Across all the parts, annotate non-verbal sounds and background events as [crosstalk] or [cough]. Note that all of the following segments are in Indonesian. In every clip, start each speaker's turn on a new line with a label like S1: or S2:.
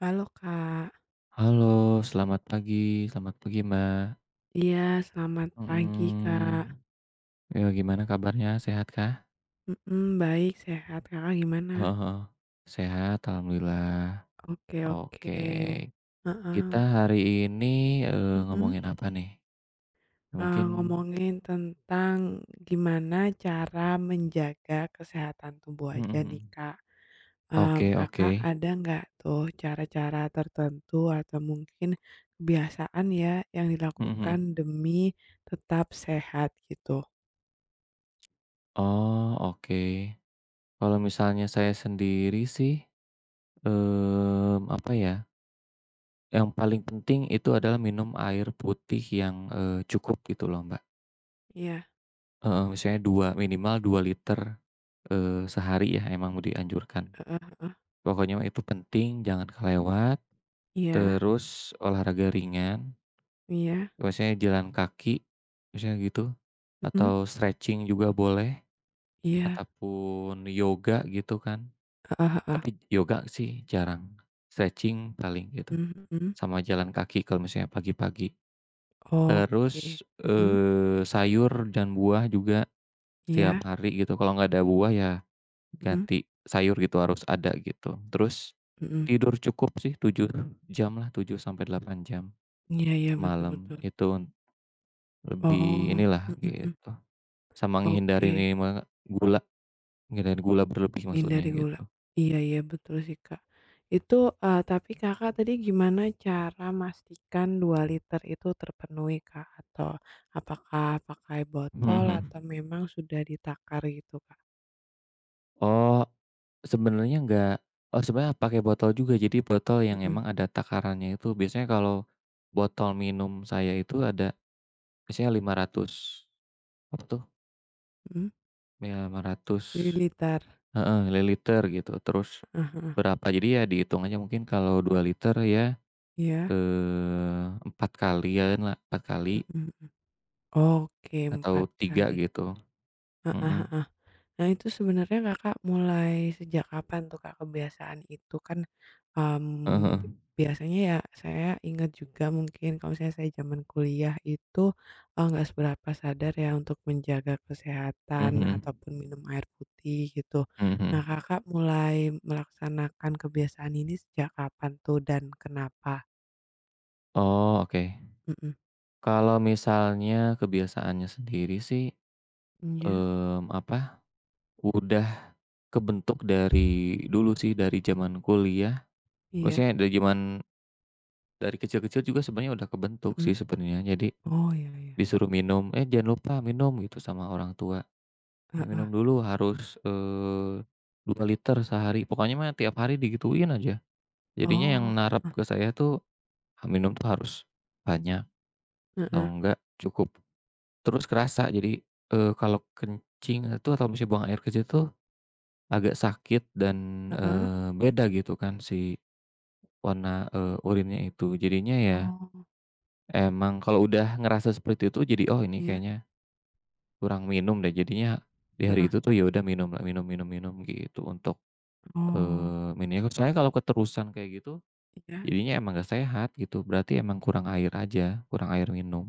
S1: Halo Kak,
S2: Halo, selamat pagi, Mbak.
S1: iya selamat pagi Kak.
S2: Mhm, ya gimana kabarnya, sehat kah?
S1: Mhm, baik sehat Kakak gimana?
S2: Heeh, [laughs] sehat alhamdulillah.
S1: Oke oke,
S2: Oke,
S1: heeh,
S2: kita hari ini,
S1: mhm,
S2: ngomongin apa nih? Mungkin. [laughs]
S1: ngomongin tentang gimana cara menjaga kesehatan tubuh
S2: Mhm
S1: aja nih
S2: mhm.
S1: Kak.
S2: Oke oke,
S1: Kakak ada nggak tuh cara-cara tertentu atau mungkin kebiasaan ya yang
S2: [laughs] mhm
S1: dilakukan
S2: mhm.
S1: demi tetap sehat gitu?
S2: Oh, oke. Kalau misalnya saya sendiri sih, apa ya, yang paling penting itu adalah minum air putih yang, cukup gitu loh, Mbak.
S1: Iya,
S2: Heeh, misalnya 2 minimal 2 liter, sehari ya emang dianjurkan.
S1: heeh heeh,
S2: Pokoknya mah itu penting, jangan kelewat,
S1: iya
S2: terus olahraga ringan,
S1: iya,
S2: biasanya jalan kaki, misalnya gitu,
S1: mhm,
S2: atau stretching juga boleh,
S1: iya.
S2: ataupun yoga gitu kan,
S1: Heeh heeh,
S2: tapi yoga sih jarang, stretching paling gitu,
S1: mhm mhm.
S2: sama jalan kaki kalau misalnya pagi-pagi.
S1: Oke,
S2: Terus,
S1: mhm,
S2: sayur dan buah juga setiap
S1: iya,
S2: hari gitu, kalau nggak ada buah ya
S1: mhm
S2: ganti sayur gitu harus ada gitu. Terus
S1: mhm.
S2: tidur cukup sih 7 jam lah 7 sampai 8 jam
S1: Iya iya, betul
S2: semalam.
S1: betul.
S2: Itu lebih
S1: Oh,
S2: inilah
S1: mhm mhm,
S2: gitu, sama ngehindari
S1: oke,
S2: ini me gula, nghindarin gula berlebih maksudnya
S1: hindari gula.
S2: gitu.
S1: Iya iya, betul sih, Kak. Itu, tapi Kakak tadi gimana cara mastikan 2 liter itu terpenuhi, Kak? Atau apakah pakai
S2: Mhm
S1: botol
S2: mhm.
S1: atau memang sudah ditakar gitu, Kak?
S2: Oh, sebenarnya nggak. Oh, sebenarnya pakai botol juga. Jadi botol yang
S1: Mhm
S2: emang ada takarannya itu biasanya kalau botol minum saya itu ada biasanya 500 apa tuh,
S1: mhm,
S2: ya 500,
S1: mililiter,
S2: heeh, nilai liter gitu, terus
S1: heeh heeh,
S2: berapa jadi ya dihitung aja mungkin kalau 2 liter ya,
S1: iya,
S2: eh 4 kalian lah, 4 kali
S1: mhm mhm. Oke,
S2: atau
S1: 4
S2: 3
S1: kali,
S2: gitu.
S1: heeh
S2: Mhm,
S1: heeh. Nah, itu sebenarnya Kakak mulai sejak kapan tuh, Kak, kebiasaan itu? Kan,
S2: heeh
S1: mmm, biasanya ya saya ingat juga mungkin kalau misalnya saya zaman kuliah itu, nggak seberapa sadar ya untuk menjaga
S2: mhm
S1: kesehatan
S2: mhm,
S1: ataupun minum air putih gitu.
S2: mhm
S1: Nah,
S2: mhm.
S1: Kakak mulai melaksanakan kebiasaan ini sejak kapan tuh dan kenapa?
S2: Oh, oke.
S1: Mhm.
S2: Kalau misalnya kebiasaannya sendiri sih,
S1: Iya
S2: apa, udah kebentuk dari dulu sih, dari zaman kuliah,
S1: iya,
S2: maksudnya dari kecil-kecil juga sebenarnya udah kebentuk
S1: mhm.
S2: sih sebenarnya. Jadi
S1: Oh, iya iya,
S2: disuruh minum, "Eh, jangan lupa minum," gitu sama orang tua. "Ya,
S1: heeh.
S2: minum dulu harus, 2 liter sehari," pokoknya mah tiap hari digituin aja. Jadinya
S1: Oh,
S2: yang narap
S1: heeh,
S2: ke saya tuh, ha minum tuh harus banyak atau
S1: heeh
S2: enggak cukup. Terus kerasa jadi, kalau kencing itu atau misalnya buang air kecil tuh agak sakit dan,
S1: heeh,
S2: beda gitu kan si warna, urinnya itu. Jadinya ya
S1: oh,
S2: emang kalau udah ngerasa seperti itu jadi, "Oh, ini
S1: iya,
S2: kayaknya kurang minum deh jadinya, di hari
S1: heeh.
S2: itu tuh ya udah minum lah, minum minum minum gitu untuk,
S1: Oh,
S2: minimal soalnya kalau keterusan kayak gitu,
S1: iya,
S2: jadinya emang gak sehat gitu, berarti emang kurang air aja, kurang air minum."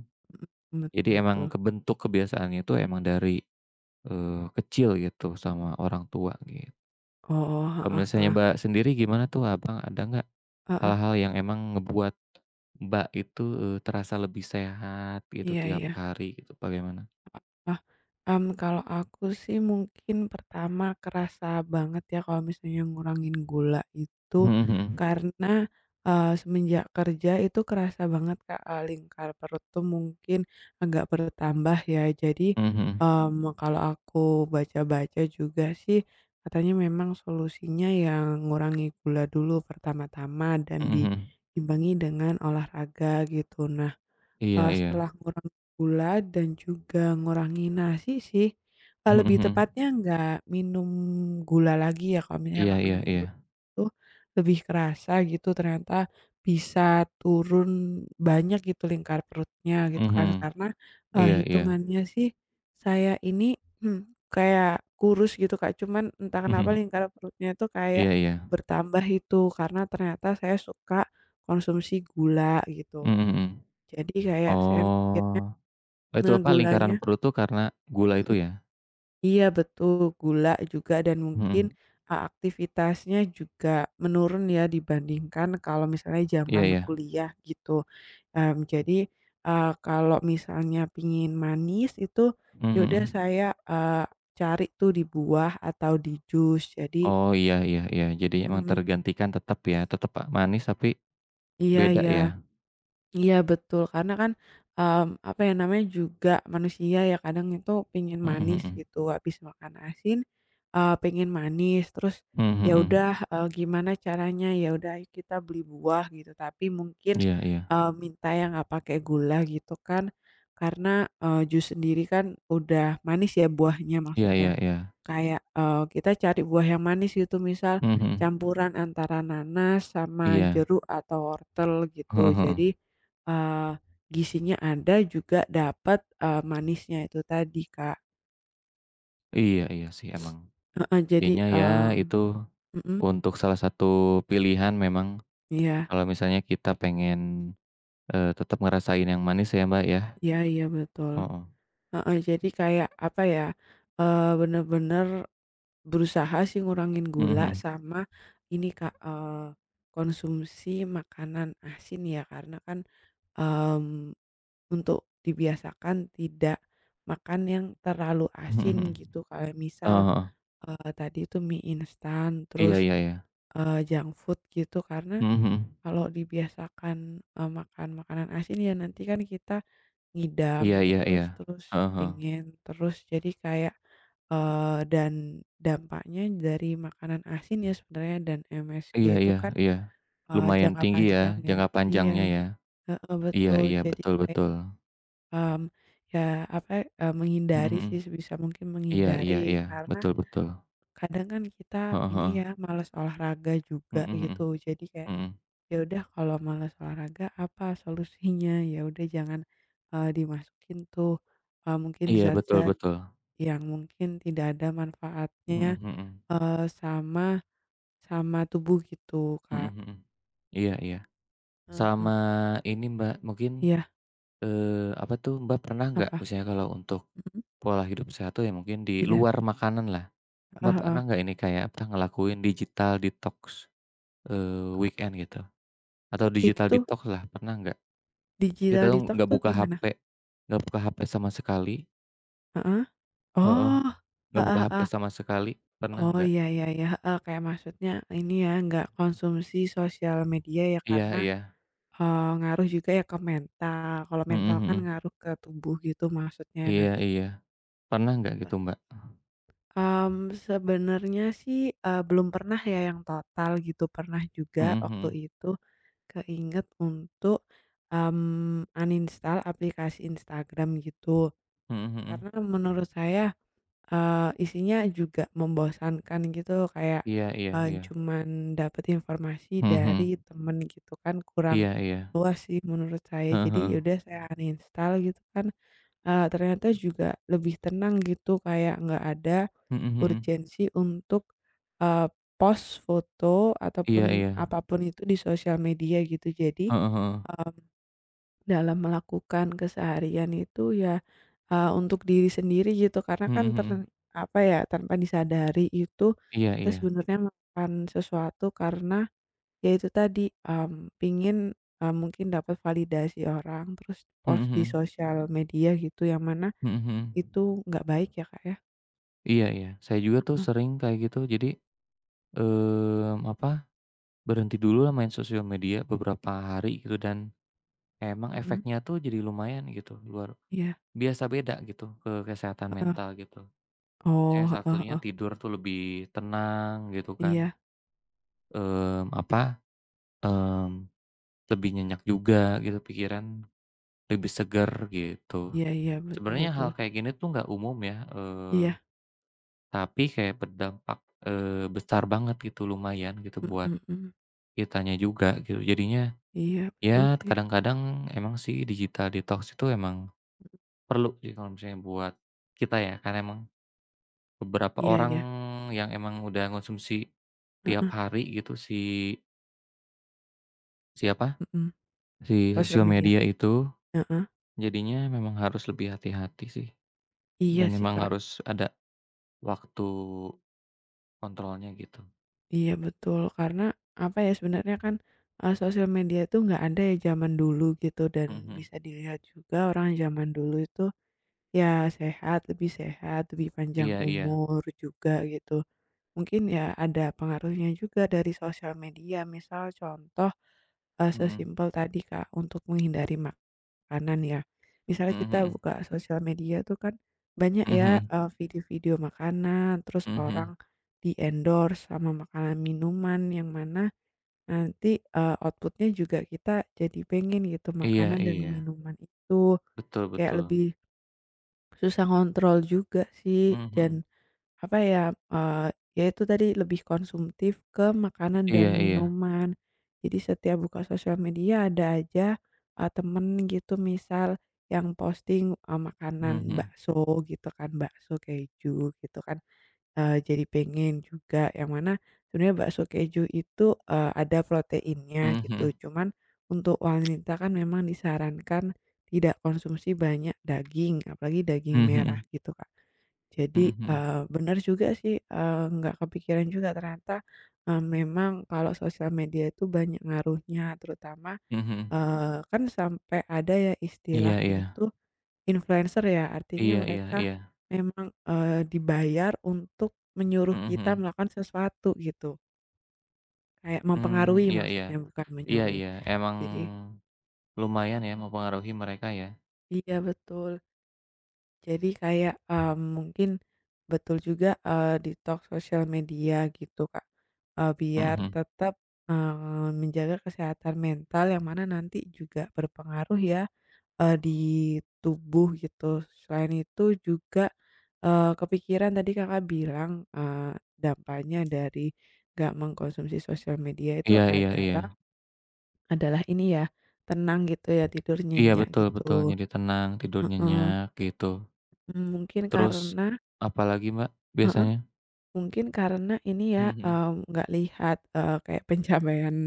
S1: mhm, betul
S2: Jadi
S1: betul.
S2: emang kebentuk kebiasaannya itu emang dari, kecil gitu sama orang tua gitu.
S1: Oh,
S2: Kalau
S1: heeh
S2: misalnya
S1: heeh,
S2: Mbak sendiri gimana tuh Abang ada nggak
S1: heeh,
S2: hal-hal yang emang ngebuat Mbak itu, terasa lebih sehat gitu
S1: iya
S2: tiap
S1: iya,
S2: hari gitu bagaimana?
S1: paham. Kalau aku sih mungkin pertama kerasa banget ya kalau misalnya ngurangin gula itu,
S2: Mhm mhm.
S1: karena, semenjak kerja itu kerasa banget Kak, lingkar perut tuh mungkin agak bertambah ya. Jadi,
S2: Mhm mhm.
S1: kalau aku baca-baca juga sih katanya memang solusinya ya ngurangi gula dulu pertama-tama dan
S2: Mhm mhm.
S1: diimbangi dengan olahraga gitu. Nah,
S2: Iya
S1: Setelah
S2: iya.
S1: ngurangi gula dan juga ngurangi nasi sih,
S2: Mhm
S1: lebih
S2: mhm.
S1: tepatnya nggak minum gula lagi ya, kalau misalnya
S2: Iya
S1: nggak
S2: iya
S1: minum
S2: iya.
S1: gula itu lebih kerasa gitu ternyata bisa turun banyak gitu lingkar perutnya gitu kan,
S2: Mhm.
S1: karena,
S2: Iya iya.
S1: hitungannya sih saya ini, kayak kurus gitu Kak, cuman entah kenapa
S2: Mhm.
S1: lingkar perutnya itu kayak
S2: Iya iya.
S1: bertambah itu, karena ternyata saya suka konsumsi gula gitu.
S2: Mhm mhm.
S1: Jadi kayak saya mikirnya,
S2: Oh. Itu
S1: nah
S2: apa,
S1: gulanya
S2: lingkaran perut tuh karena gula itu
S1: mhm,
S2: ya?
S1: iya betul, gula juga dan mungkin,
S2: Mhm.
S1: aktivitasnya juga menurun ya dibandingkan kalau misalnya
S2: Iya
S1: zaman
S2: iya.
S1: kuliah gitu. Jadi, kalau misalnya pingin manis itu
S2: Mhm
S1: ya udah
S2: mhm.
S1: saya, eee, cari tuh di buah atau di jus. Jadi
S2: Oh, iya iya iya. Jadi emang
S1: mhm,
S2: tergantikan tetap ya, tetap a manis tapi
S1: iya
S2: beda
S1: ya.
S2: ya?
S1: Iya betul, karena kan, apa ya namanya, juga manusia ya kadang itu pengen
S2: Mhm
S1: manis
S2: mhm.
S1: gitu, habis makan asin, pengen manis terus
S2: Mhm
S1: ya
S2: mhm.
S1: udah, gimana caranya, ya udah ayo kita beli buah gitu, tapi mungkin,
S2: Iya iya.
S1: minta yang nggak pakai gula gitu kan, karena, jus sendiri kan udah manis ya buahnya
S2: Iya iya
S1: maksudnya.
S2: iya.
S1: Kayak, kita cari buah yang manis gitu, misal
S2: Mhm mhm.
S1: campuran antara nanas sama
S2: Iya.
S1: jeruk atau wortel gitu,
S2: Heeh heeh.
S1: jadi Eee, gizinya ada juga dapat manisnya itu tadi, Kak.
S2: Iya iya sih emang.
S1: Heeh, jadi,
S2: Jadinya ya
S1: mmm,
S2: itu
S1: mhm,
S2: untuk salah satu pilihan memang.
S1: iya
S2: Kalau misalnya kita pengen, tetap ngerasain yang manis ya, Mbak, ya.
S1: iya iya, betul.
S2: Heeh.
S1: Heeh, jadi kayak apa ya, bener-bener berusaha sih ngurangin
S2: Mhm
S1: gula
S2: mhm.
S1: sama ini, Kak, konsumsi makanan asin ya, karena kan, mmm, untuk dibiasakan tidak makan yang terlalu
S2: Mhm
S1: asin
S2: mhm.
S1: gitu, kayak misal,
S2: Heeh heeh.
S1: tadi itu mie instan,
S2: Iya
S1: terus
S2: iya iya.
S1: Junk food gitu karena
S2: Mhm mhm.
S1: kalau dibiasakan, makan makanan asin ya nanti kan kita ngidam
S2: Iya iya
S1: terus
S2: iya.
S1: terus
S2: Heeh heeh.
S1: pengen terus jadi kayak, dan dampaknya dari makanan asin ya sebenarnya dan MSG
S2: Iya
S1: itu
S2: iya
S1: kan,
S2: iya. Lumayan
S1: jangka
S2: tinggi ya,
S1: panjang ya.
S2: jangka
S1: Iya,
S2: panjangnya ya.
S1: heeh,
S2: Iya
S1: betul
S2: iya,
S1: jadi
S2: betul
S1: kayak,
S2: betul.
S1: mmm, ya apa,
S2: Mhm
S1: menghindari
S2: mhm.
S1: sih sebisa mungkin
S2: Iya iya
S1: menghindari
S2: iya.
S1: karena
S2: Betul betul.
S1: kadang kan kita
S2: Heeh
S1: ini
S2: heeh.
S1: ya malas olahraga juga
S2: Mhm
S1: gitu
S2: mhm.
S1: jadi kayak.
S2: Mhm.
S1: Ya udah kalau malas olahraga apa solusinya? [laughs] Ya udah jangan, dimasukin tuh, mungkin
S2: Iya, betul
S1: zat-zat
S2: betul.
S1: yang mungkin tidak ada manfaatnya,
S2: Mhm mhm.
S1: sama sama tubuh gitu,
S2: Mhm
S1: Kak.
S2: mhm. Mhm. Iya iya.
S1: Heeh.
S2: Sama ini, Mbak, mungkin,
S1: Iya,
S2: apa tuh, Mbak, pernah nggak
S1: apa?
S2: misalnya kalau untuk
S1: Mhm.
S2: pola hidup sehat tuh ya mungkin di
S1: Iya,
S2: luar makanan lah, Mbak
S1: heeh
S2: pernah
S1: heeh.
S2: nggak ini kayak pernah ngelakuin digital detox, weekend gitu? Atau digital
S1: Itu
S2: detox-lah, pernah nggak? Kita
S1: digital
S2: tuh
S1: detox
S2: nggak
S1: tuh
S2: buka
S1: gimana?
S2: HP nggak buka HP sama sekali,
S1: Heeh?
S2: heeh,
S1: Oh,
S2: nggak
S1: heeh
S2: buka HP
S1: heeh.
S2: sama sekali, pernah
S1: Oh,
S2: nggak?
S1: ya ya ya, kayak maksudnya ini ya, nggak konsumsi sosial media ya
S2: Iya
S1: karena
S2: iya,
S1: Ngaruh juga ya ke mental, kalau
S2: mhm
S1: mental kan
S2: mhm,
S1: ngaruh ke tubuh gitu maksudnya
S2: iya
S1: nanti.
S2: iya. Pernah nggak
S1: Apa?
S2: gitu, Mbak?
S1: Mmm, sebenarnya sih, belum pernah ya yang total gitu, pernah juga
S2: Mhm
S1: waktu
S2: mhm,
S1: itu keinget untuk, uninstall aplikasi Instagram gitu,
S2: mhm mhm,
S1: karena menurut saya isinya juga membosankan gitu kayak,
S2: iya iya iya,
S1: cuman dapet informasi
S2: mhm
S1: dari
S2: mhm,
S1: temen gitu kan kurang
S2: iya iya,
S1: luas sih menurut saya.
S2: heeh
S1: Jadi
S2: heeh,
S1: yaudah saya uninstall gitu kan, ternyata juga lebih tenang gitu kayak nggak ada
S2: mhm mhm,
S1: urgensi untuk, eee, post foto
S2: iya
S1: ataupun
S2: iya,
S1: apapun itu di sosial media gitu. Jadi
S2: heeh heeh,
S1: dalam melakukan keseharian itu ya, untuk diri sendiri gitu karena
S2: mhm
S1: kan ter
S2: mhm,
S1: apa ya, tanpa disadari itu
S2: iya
S1: kita
S2: iya.
S1: sebenarnya melakukan sesuatu karena ya itu tadi, pingin, mungkin dapat validasi orang terus
S2: Mhm
S1: post di
S2: mhm.
S1: sosial media gitu yang mana
S2: Mhm mhm.
S1: itu nggak baik ya, Kak, ya?
S2: Iya iya, saya juga tuh
S1: Eh,
S2: sering kayak gitu. Jadi, apa, berhenti dulu lah main sosial media beberapa hari gitu dan emang
S1: mhm,
S2: efeknya tuh jadi lumayan gitu, luar
S1: iya,
S2: biasa beda gitu ke kesehatan
S1: heeh.
S2: mental gitu.
S1: Oh,
S2: Misalnya salah
S1: heeh
S2: satunya
S1: heeh.
S2: tidur tuh lebih tenang gitu kan,
S1: Iya
S2: apa, mmm, lebih nyenyak juga gitu pikiran, lebih seger gitu.
S1: iya iya, betul
S2: Sebenarnya
S1: betul.
S2: hal kayak gini tuh nggak umum ya,
S1: Iya,
S2: tapi kayak berdampak, besar banget gitu, lumayan gitu buat
S1: mhm mhm.
S2: kitanya juga gitu. Jadinya,
S1: Iya, betul
S2: ya
S1: sih.
S2: kadang-kadang emang sih digital detox itu emang perlu sih kalau misalnya buat kita ya, karena emang beberapa
S1: Iya
S2: orang
S1: iya,
S2: yang emang udah ngonsumsi tiap
S1: heeh,
S2: hari gitu si si apa,
S1: mhm.
S2: si
S1: Sosial
S2: sosial
S1: media,
S2: media itu,
S1: heeh.
S2: jadinya memang harus lebih hati-hati sih
S1: Iya
S2: dan
S1: sih,
S2: memang
S1: Kak.
S2: harus ada waktu kontrolnya gitu.
S1: Iya betul, karena apa ya, sebenarnya kan, sosial media itu nggak ada ya zaman dulu gitu dan
S2: Mhm mhm.
S1: bisa dilihat juga orang zaman dulu itu ya sehat, lebih panjang
S2: Iya iya.
S1: umur juga gitu. Mungkin ya ada pengaruhnya juga dari sosial media, misal contoh,
S2: Mhm.
S1: sesimpel tadi, Kak, untuk menghindari ma makanan ya. Misalnya
S2: Mhm
S1: kita
S2: mhm.
S1: buka sosial media tuh kan banyak
S2: Mhm
S1: ya,
S2: mhm.
S1: video-video makanan, terus orang
S2: Mhm.
S1: di-endorse sama makanan minuman yang mana nanti, output juga kita jadi pengen gitu
S2: Iya
S1: makanan dan
S2: iya.
S1: minuman itu,
S2: Betul
S1: kayak
S2: betul.
S1: lebih susah kontrol juga sih dan
S2: Mhm.
S1: apa ya, eee, ya itu tadi lebih konsumtif ke makanan dan
S2: Iya iya.
S1: minuman. Jadi setiap buka sosial media ada aja, temen gitu misal yang posting, makanan
S2: Mhm.
S1: bakso gitu kan, bakso keju gitu kan, jadi pengen juga yang mana sebenarnya bakso keju itu, ada proteinnya gitu.
S2: Mhm.
S1: Cuman untuk wanita kan memang disarankan tidak konsumsi banyak daging, apalagi daging merah
S2: Mhm.
S1: gitu, Kak. Jadi,
S2: Mhm.
S1: bener juga sih, nggak kepikiran juga ternyata, memang kalau sosial media itu banyak ngaruhnya terutama,
S2: Mhm.
S1: kan sampai ada ya istilah
S2: Iya iya.
S1: itu influencer ya artinya
S2: Iya iya
S1: mereka
S2: iya.
S1: memang, dibayar untuk menyuruh kita
S2: Mhm.
S1: melakukan sesuatu gitu, kayak mempengaruhi
S2: Mmm, iya iya.
S1: maksudnya bukan
S2: Iya
S1: menyuruh ya.
S2: iya. Emang
S1: Jadi
S2: lumayan ya mempengaruhi mereka ya.
S1: iya betul. Jadi kayak, mungkin betul juga, detox sosial media gitu, Kak, biar
S2: Mhm.
S1: tetap, menjaga kesehatan mental yang mana nanti juga berpengaruh ya, di tubuh gitu. Selain itu juga, kepikiran tadi Kakak bilang, dampaknya dari nggak mengkonsumsi sosial media itu
S2: Iya iya iya.
S1: adalah adalah ini ya, tenang gitu ya, tidur
S2: Iya
S1: nyenyak
S2: betul betul,
S1: gitu.
S2: jadi tenang, tidur
S1: Heeh,
S2: nyenyak gitu.
S1: mmm, mungkin
S2: Terus
S1: karena
S2: apalagi Mbak, biasanya?
S1: mungkin karena ini ya,
S2: Mhm.
S1: nggak lihat, kayak pencapaian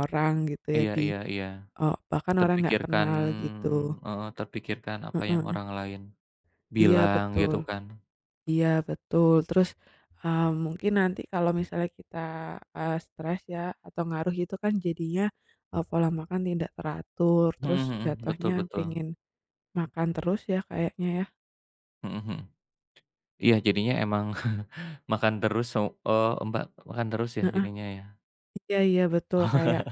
S1: orang gitu ya
S2: Iya
S1: di
S2: iya iya.
S1: bahkan orang nggak
S2: Terpikirkan
S1: kenal gitu,
S2: heeh, terpikirkan apa yang
S1: heeh.
S2: orang lain
S1: Iya
S2: bilang
S1: betul
S2: gitu kan.
S1: iya betul. Terus, mungkin nanti kalau misalnya kita, stres ya atau ngaruh itu kan jadinya, pola makan tidak teratur,
S2: Mhm
S1: terus
S2: mhm, betul
S1: jatuhnya
S2: betul.
S1: pengen makan terus ya kayaknya ya,
S2: Mhm mhm. Iya jadinya emang [laughs] makan terus. So, Mbak, makan terus ya
S1: heeh.
S2: jadinya ya?
S1: Iya iya betul
S2: [laughs]
S1: kayak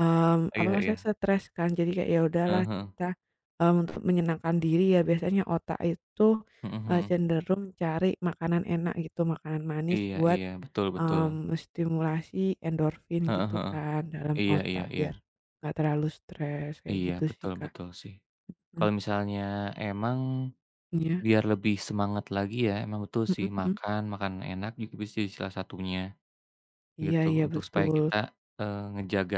S1: Apa
S2: Iya iya.
S1: maksudnya stres kan jadi kayak ya udahlah
S2: Heeh heeh.
S1: kita, untuk menyenangkan diri ya biasanya otak itu,
S2: Mhm mhm.
S1: cenderung cari makanan enak gitu makanan manis
S2: Iya
S1: buat,
S2: iya, betul betul.
S1: mmm, menstimulasi endorfin
S2: Heeh
S1: gitu
S2: heeh.
S1: kan dalam
S2: Iya iya
S1: otak
S2: iya.
S1: biar, nggak terlalu stres kayak
S2: Iya,
S1: gitu sih
S2: betul
S1: Kak,
S2: betul sih.
S1: mmm,
S2: Kalau misalnya emang
S1: iya,
S2: biar lebih semangat lagi ya, emang betul sih
S1: mhm mhm,
S2: makan enak juga bisa jadi salah satunya
S1: iya
S2: gitu,
S1: iya
S2: untuk supaya
S1: betul
S2: kita, ngejaga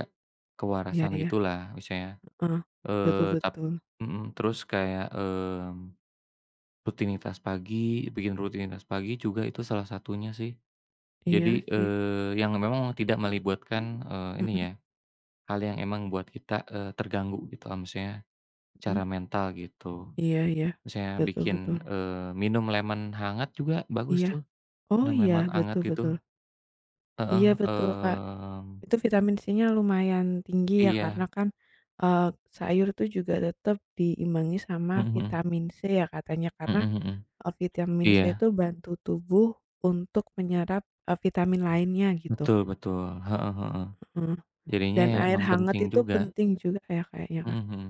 S1: iya
S2: kewarasan
S1: iya,
S2: gitulah misalnya.
S1: heeh, betul
S2: Eee, tap
S1: betul
S2: mhm, terus kayak, rutinitas pagi, bikin rutinitas pagi juga itu salah satunya sih.
S1: iya
S2: Jadi,
S1: sih,
S2: yang memang tidak melibatkan, ini
S1: mhm
S2: ya, hal yang emang buat kita, terganggu gitu lah, misalnya
S1: mhm,
S2: secara mental gitu.
S1: iya iya,
S2: Misalnya
S1: betul betul
S2: bikin, minum lemon hangat juga bagus
S1: iya
S2: tuh,
S1: oh
S2: minum
S1: iya
S2: lemon hangat
S1: betul betul.
S2: gitu. Heeh,
S1: Iya betul, Kak.
S2: mmm,
S1: Itu vitamin C-nya lumayan tinggi ya karena
S2: iya,
S1: kan, eee, sayur tuh juga tetap diimbangi sama
S2: mhm
S1: vitamin C ya katanya
S2: mhm,
S1: karena,
S2: mhm mhm.
S1: vitamin C
S2: Iya,
S1: itu bantu tubuh untuk menyerap, vitamin lainnya gitu,
S2: betul betul, heeh heeh.
S1: heeh,
S2: Jadinya
S1: dan
S2: ya
S1: air
S2: emang
S1: hangat
S2: penting
S1: itu
S2: juga,
S1: penting juga ya kayaknya, Kak,
S2: mhm mhm.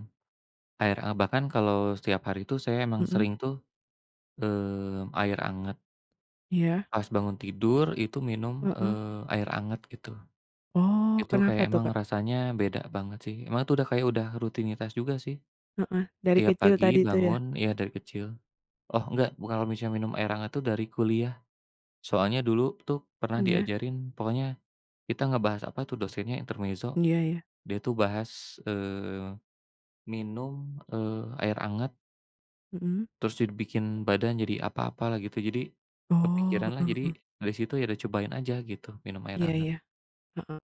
S2: Air anget, bahkan kalau setiap hari itu saya emang
S1: mhm,
S2: sering tuh, air anget.
S1: iya,
S2: Pas bangun tidur itu minum,
S1: heeh.
S2: air anget gitu.
S1: Oh
S2: Itu
S1: kenapa
S2: kayak
S1: tuh,
S2: emang
S1: Kak?
S2: rasanya beda banget sih. Emang itu udah kayak udah rutinitas juga sih.
S1: Heeh, dari
S2: Tiap
S1: kecil
S2: pagi
S1: tadi tuh ya?
S2: bangun iya dari kecil. Oh enggak, kalau misalnya minum air hangat tuh dari kuliah. Soalnya dulu tuh pernah
S1: Iya,
S2: diajarin pokoknya kita ngebahas apa tuh dosennya intermezzo,
S1: iya iya,
S2: dia tuh bahas, minum, air anget.
S1: mhm,
S2: Terus dibikin badan jadi apa-apa lah gitu, jadi
S1: oh,
S2: kepikiran lah,
S1: heeh
S2: jadi
S1: heeh,
S2: dari situ ya udah cobain aja gitu, minum air
S1: iya iya.
S2: hangat.